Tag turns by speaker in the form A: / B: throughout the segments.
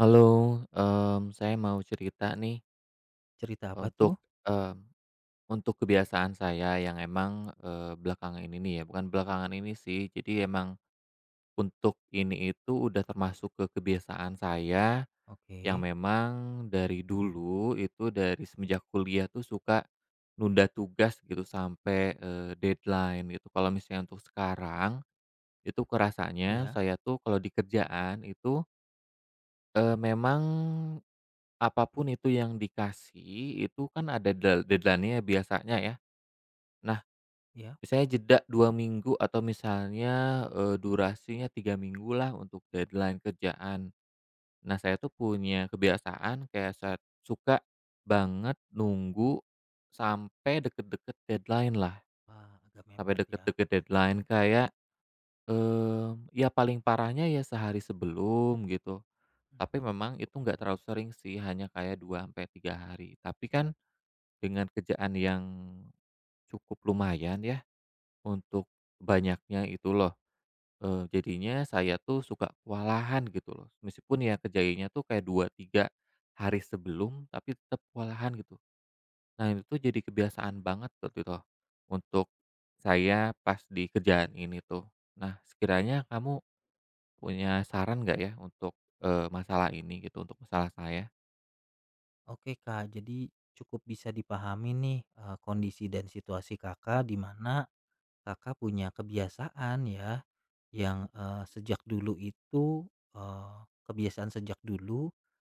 A: Halo, saya mau cerita nih
B: Cerita apa tuh?
A: untuk, mmm, untuk kebiasaan saya yang emang, belakangan ini nih ya, bukan belakangan ini sih, jadi emang untuk ini itu udah termasuk ke kebiasaan saya yang
B: Oke,
A: memang dari dulu itu dari semenjak kuliah tuh suka nunda tugas gitu sampai, deadline gitu. Kalau misalnya untuk sekarang, itu kerasanya
B: ya,
A: saya tuh kalau di kerjaan itu, memang apapun itu yang dikasih, itu kan ada deadline-nya ya biasanya ya. Nah,
B: ya,
A: misalnya jeda 2 minggu atau misalnya, durasinya 3 minggu lah untuk deadline kerjaan. Nah, saya tuh punya kebiasaan kayak saya suka banget nunggu sampai deket-deket deadline-lah,
B: wah agak
A: sampai
B: mepet ya.
A: deket-deket deadline kayak, ya paling parahnya ya sehari sebelum gitu. Tapi
B: Waduh
A: memang
B: cukup
A: itu nggak
B: mepet.
A: terlalu sering sih, hanya kayak 2 sampai 3 hari. Tapi kan dengan kerjaan yang cukup lumayan ya, untuk banyaknya itu loh, jadinya saya tuh suka kewalahan gitu loh. Meskipun ya kerjainnya tuh kayak 2 3 hari sebelum, tapi tetap kewalahan gitu. Nah itu tuh jadi kebiasaan banget tuh gitu loh, untuk saya pas di kerjaan ini tuh. Nah sekiranya kamu punya saran nggak ya untuk, masalah ini gitu, untuk masalah saya?
B: Oke Kak, jadi cukup bisa dipahami nih, kondisi dan situasi Kakak di mana Kakak punya kebiasaan ya, sejak dulu itu, eee, kebiasaan sejak dulu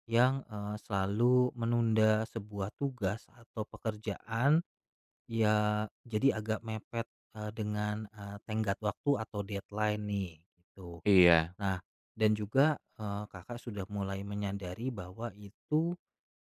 B: selalu menunda sebuah tugas atau pekerjaan, ya jadi agak mepet, dengan, tenggat waktu atau deadline nih, gitu.
A: Iya,
B: Nah, dan juga, Kakak sudah mulai menyadari bahwa itu,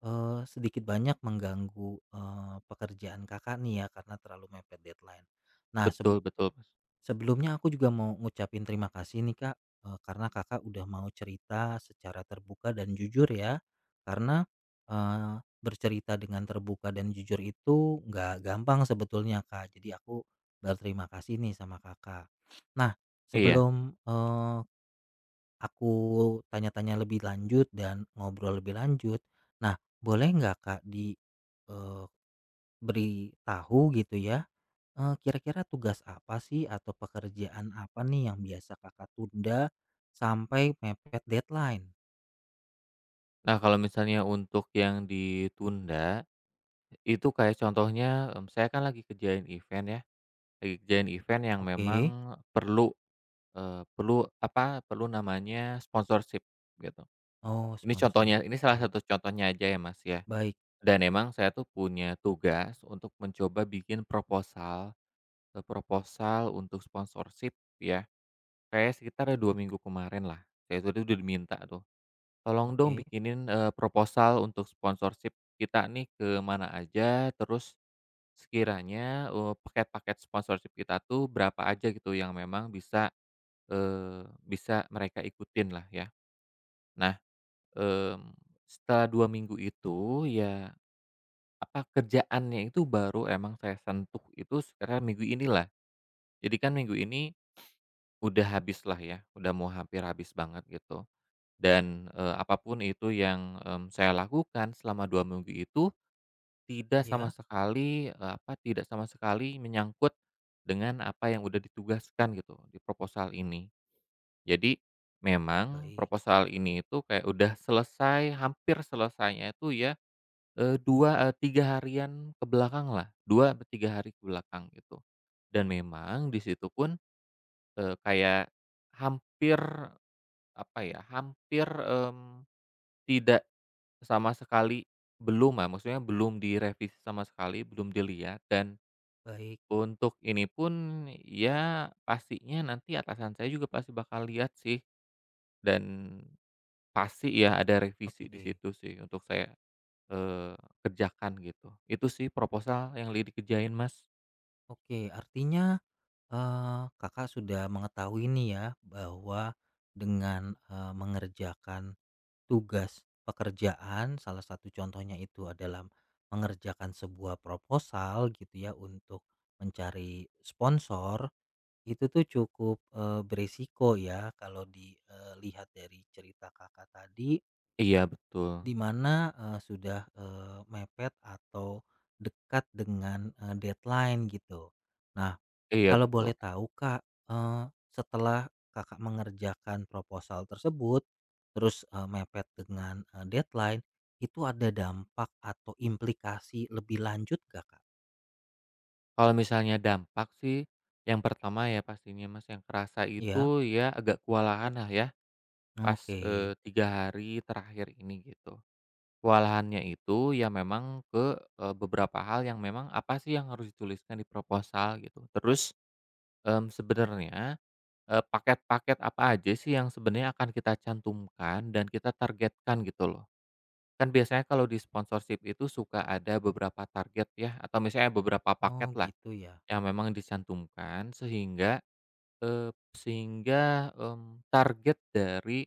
B: sedikit banyak mengganggu, pekerjaan Kakak nih ya karena terlalu mepet deadline. Nah, sebe
A: betul betul, Mas.
B: sebelumnya aku juga mau ngucapin terima kasih nih, Kak, karena Kakak udah mau cerita secara terbuka dan jujur ya. Karena, eee, bercerita dengan terbuka dan jujur itu nggak gampang sebetulnya, Kak. Jadi aku berterima kasih nih sama Kakak. Nah,
A: Iya.
B: sebelum, eee aku tanya-tanya lebih lanjut dan ngobrol lebih lanjut. Nah, boleh nggak Kak eee, beri tahu gitu ya, kira-kira tugas apa sih atau pekerjaan apa nih yang biasa Kakak tunda sampai mepet deadline?
A: Nah, kalau misalnya untuk yang ditunda, itu kayak contohnya, saya kan lagi kerjain event ya, lagi kerjain event yang
B: Oke.
A: memang perlu, perlu namanya sponsorship gitu.
B: Oh,
A: Ini
B: sponsor.
A: contohnya, ini salah
B: Baik
A: satu contohnya aja ya, Mas, ya.
B: baik.
A: Dan emang saya tuh punya tugas untuk mencoba bikin proposal untuk sponsorship ya, kayak sekitar 2 minggu kemarin lah, saya itu udah diminta tuh. Tolong dong
B: Oke.
A: bikinin, proposal untuk sponsorship kita nih ke mana aja, terus sekiranya, paket-paket sponsorship kita tuh berapa aja gitu yang memang bisa, bisa mereka ikutin lah ya. Nah, mmm, setelah 2 minggu itu ya, apa, kerjaannya itu baru emang saya sentuh itu sekarang minggu inilah. Jadi kan minggu ini udah habis lah ya, udah mau hampir habis banget gitu dan, apa itu yang, saya lakukan selama 2 minggu itu Tidak sama
B: Ya,
A: sekali, eee, apa, tidak sama sekali menyangkut dengan apa yang udah ditugaskan gitu di proposal ini. Jadi memang
B: baik
A: proposal ini itu kayak udah selesai, hampir selesainya itu ya, 2, 3 harian ke belakang lah 2 sampai 3 hari ke belakang gitu. Dan memang di situ pun, kayak hampir, hampir, tidak sama sekali belum lah, maksudnya belum direvisi sama sekali, belum dilihat dan.
B: baik.
A: Untuk ini pun, ya pastinya nanti atasan saya juga pasti bakal lihat sih, dan pasti ya ada revisi di
B: Oke
A: situ sih untuk saya, eee, kerjakan gitu. Itu sih proposal yang dikerjain, Mas.
B: oke. Artinya, Kakak sudah mengetahui nih ya bahwa dengan, mengerjakan tugas pekerjaan salah satu contohnya itu adalah mengerjakan sebuah proposal gitu ya untuk mencari sponsor, itu tuh cukup, beresiko ya kalau dilihat dari cerita Kakak tadi.
A: Iya betul
B: Di mana, sudah, mepet atau dekat dengan, deadline gitu. Nah,
A: iya
B: kalau
A: betul,
B: boleh
A: Kak.
B: tahu Kak, setelah Kakak mengerjakan proposal tersebut, terus, mepet dengan, deadline, itu ada dampak atau implikasi lebih lanjut gak, Kak?
A: Kalau misalnya dampak sih, yang pertama ya pastinya Mas yang kerasa
B: Iya?
A: itu ya agak kewalahan lah ya pas,
B: Oke.
A: 3 hari terakhir ini gitu. Kewalahannya itu ya memang ke, beberapa hal yang memang apa sih yang harus dituliskan di proposal gitu. Terus, sebenarnya, paket-paket apa aja sih yang sebenarnya akan kita cantumkan dan kita targetkan gitu loh. Kan biasanya kalau di sponsorship itu suka ada beberapa target ya atau misalnya beberapa
B: Oh
A: paket lah
B: gitu ya?
A: yang memang dicantumkan eee, sehingga, target dari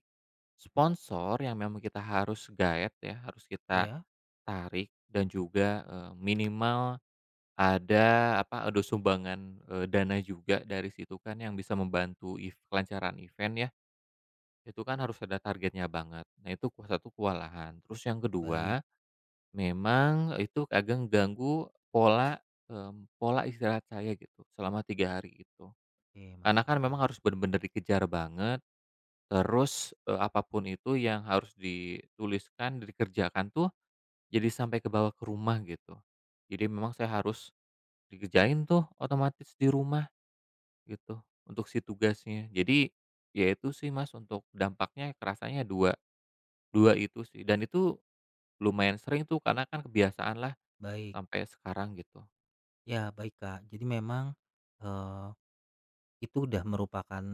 A: sponsor yang memang kita harus guide ya, harus kita
B: Ya.
A: tarik dan juga, minimal ada sumbangan, dana juga dari situ kan yang bisa membantu if kelancaran event ya, itu kan harus ada targetnya banget. Nah itu ku satu kewalahan. Terus yang
B: Baik.
A: kedua, memang itu agak ganggu pola, pola istirahat saya gitu selama 3 hari itu.
B: Oke,
A: Karena
B: masuk
A: kan memang
B: akal.
A: harus benar-benar dikejar banget, terus, apa itu yang harus dituliskan, dikerjakan tuh jadi sampai ke bawah ke rumah gitu. Jadi memang saya harus dikerjain tuh otomatis di rumah gitu untuk si tugasnya. Jadi ya itu sih Mas untuk dampaknya kerasanya dua dua itu sih dan itu lumayan sering tuh karena kan kebiasaan lah
B: Baik.
A: sampai sekarang gitu.
B: Ya baik Kak, jadi memang, eee, itu udah merupakan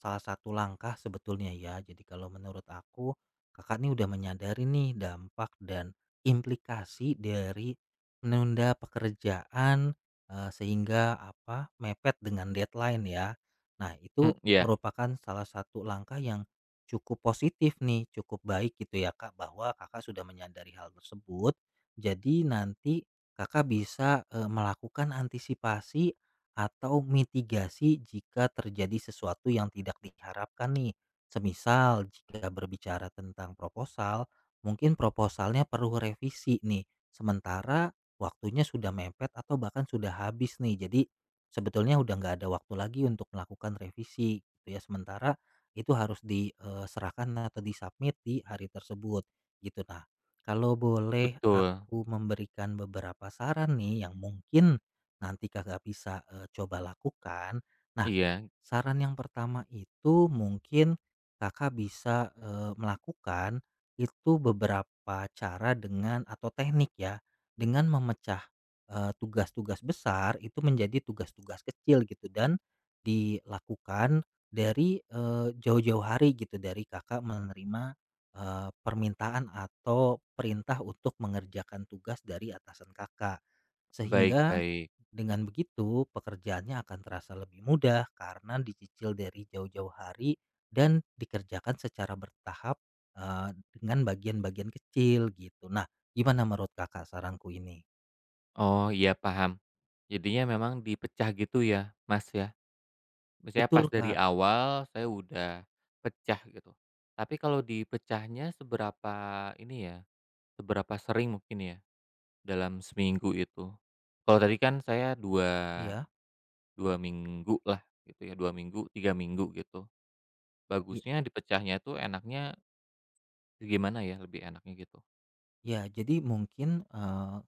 B: salah satu langkah sebetulnya ya. Jadi kalau menurut aku, Kakak nih udah menyadari nih dampak dan implikasi dari menunda pekerjaan, sehingga apa, mepet dengan deadline ya. Nah itu
A: Mmm, iya,
B: merupakan salah satu langkah yang cukup positif nih, cukup baik gitu ya Kak, bahwa Kakak sudah menyadari hal tersebut. Jadi nanti Kakak bisa, melakukan antisipasi atau mitigasi jika terjadi sesuatu yang tidak diharapkan nih. Semisal jika berbicara tentang proposal, mungkin proposalnya perlu revisi nih. Sementara waktunya sudah mepet atau bahkan sudah habis nih. Jadi sebetulnya udah nggak ada waktu lagi untuk melakukan revisi gitu ya. Sementara itu harus diserahkan atau disubmit di hari tersebut gitu. Nah, kalau boleh
A: betul.
B: aku memberikan beberapa saran nih yang mungkin nanti Kakak bisa, coba lakukan. Nah,
A: Iya,
B: saran yang pertama itu mungkin Kakak bisa, melakukan itu beberapa cara dengan atau teknik ya, dengan memecah, tugas-tugas besar itu menjadi tugas-tugas kecil gitu dan dilakukan dari, jauh-jauh hari gitu, dari Kakak menerima, permintaan atau perintah untuk mengerjakan tugas dari atasan Kakak.
A: baik
B: Sehingga
A: baik.
B: dengan begitu, pekerjaannya akan terasa lebih mudah karena dicicil dari jauh-jauh hari dan dikerjakan secara bertahap eh, dengan bagian-bagian kecil gitu. Nah, gimana menurut Kakak saranku ini?
A: Oh, iya paham. Jadinya memang dipecah gitu ya Mas ya? Misalnya pas
B: Betul,
A: dari
B: Kak.
A: awal saya udah pecah gitu. Tapi kalau dipecahnya seberapa ini ya, seberapa sering mungkin ya dalam seminggu itu? Kalau tadi kan saya 2
B: Iya.
A: 2 minggu lah gitu ya, 2 minggu, 3 minggu gitu. Bagusnya dipecahnya tuh enaknya gimana ya lebih enaknya gitu?
B: Ya, jadi mungkin,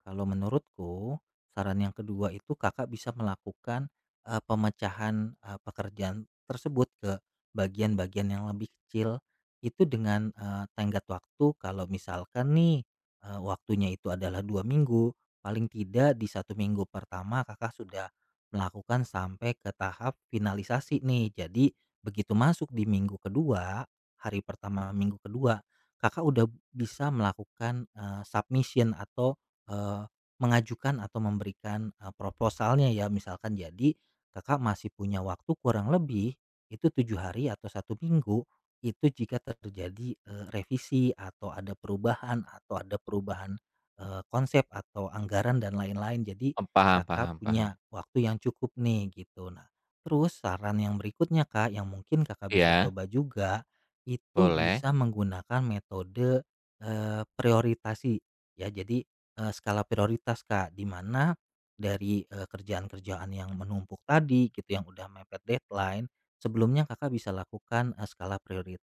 B: kalau menurutku saran yang kedua itu Kakak bisa melakukan, pemecahan, pekerjaan tersebut ke bagian-bagian yang lebih kecil. Itu dengan, tenggat waktu kalau misalkan nih, waktunya itu adalah 2 minggu, paling tidak di 1 minggu pertama Kakak sudah melakukan sampai ke tahap finalisasi nih. Jadi begitu masuk di minggu kedua, hari pertama minggu kedua Kakak udah bisa melakukan, submission atau, eee, mengajukan atau memberikan, proposalnya ya misalkan jadi Kakak masih punya waktu kurang lebih itu 7 hari atau 1 minggu itu jika terjadi, revisi atau ada perubahan, konsep atau anggaran dan lain-lain jadi
A: Oh, paham
B: Kakak
A: paham
B: punya
A: paham.
B: waktu yang cukup nih gitu. Nah terus saran yang berikutnya Kak yang mungkin Kakak bisa
A: Iya,
B: coba juga itu
A: boleh.
B: bisa menggunakan metode, prioritasi ya. Jadi, skala prioritas, Kak, di mana dari, kerjaan-kerjaan yang menumpuk tadi gitu yang udah mepet deadline, sebelumnya Kakak bisa lakukan, skala priorit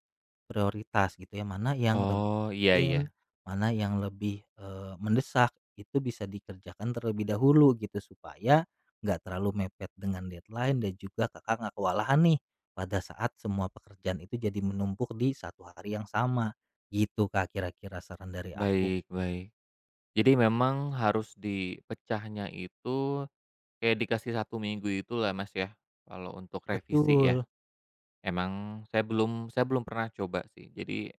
B: prioritas gitu ya, mana yang lebih
A: Oh, iya
B: urgen,
A: iya.
B: mana yang lebih, mendesak, itu bisa dikerjakan terlebih dahulu gitu supaya nggak terlalu mepet dengan deadline dan juga Kakak nggak kewalahan nih pada saat semua pekerjaan itu jadi menumpuk di satu hari yang sama, gitu Kak kira-kira saran dari aku.
A: Baik baik. Jadi memang harus dipecahnya itu kayak dikasih 1 minggu itulah Mas ya, kalau untuk revisi ya.
B: Betul,
A: Emang saya belum pernah coba sih. Jadi,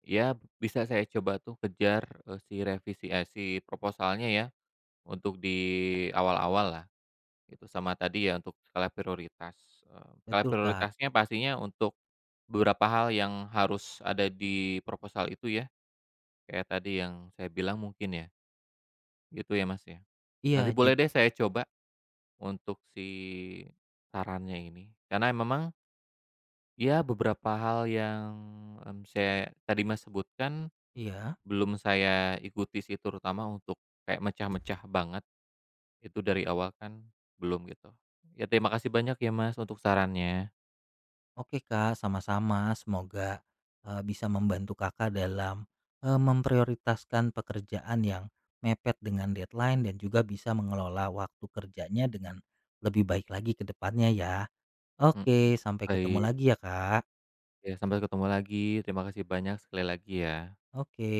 A: ya bisa saya coba tuh kejar, si proposalnya ya, untuk di awal-awal lah. Itu sama tadi ya untuk skala prioritas, skala
B: betul Kak.
A: prioritasnya pastinya untuk beberapa hal yang harus ada di proposal itu ya, kayak tadi yang saya bilang mungkin ya, gitu ya Mas ya. Nanti
B: Iya jad
A: boleh deh saya coba untuk si sarannya ini, karena memang ya, beberapa hal yang, saya tadi Mas sebutkan
B: iya,
A: belum saya ikuti sih, terutama untuk kayak mecah-mecah banget itu dari awal kan belum gitu. Ya terima kasih banyak ya Mas untuk sarannya.
B: oke Kak, sama-sama. Semoga, bisa membantu Kakak dalam, memprioritaskan pekerjaan yang mepet dengan deadline dan juga bisa mengelola waktu kerjanya dengan lebih baik lagi ke depannya ya. Oke,
A: Mhm.
B: sampai ketemu
A: Baik,
B: lagi ya Kak.
A: ya sampai ketemu lagi, terima kasih banyak sekali lagi ya.
B: Oke.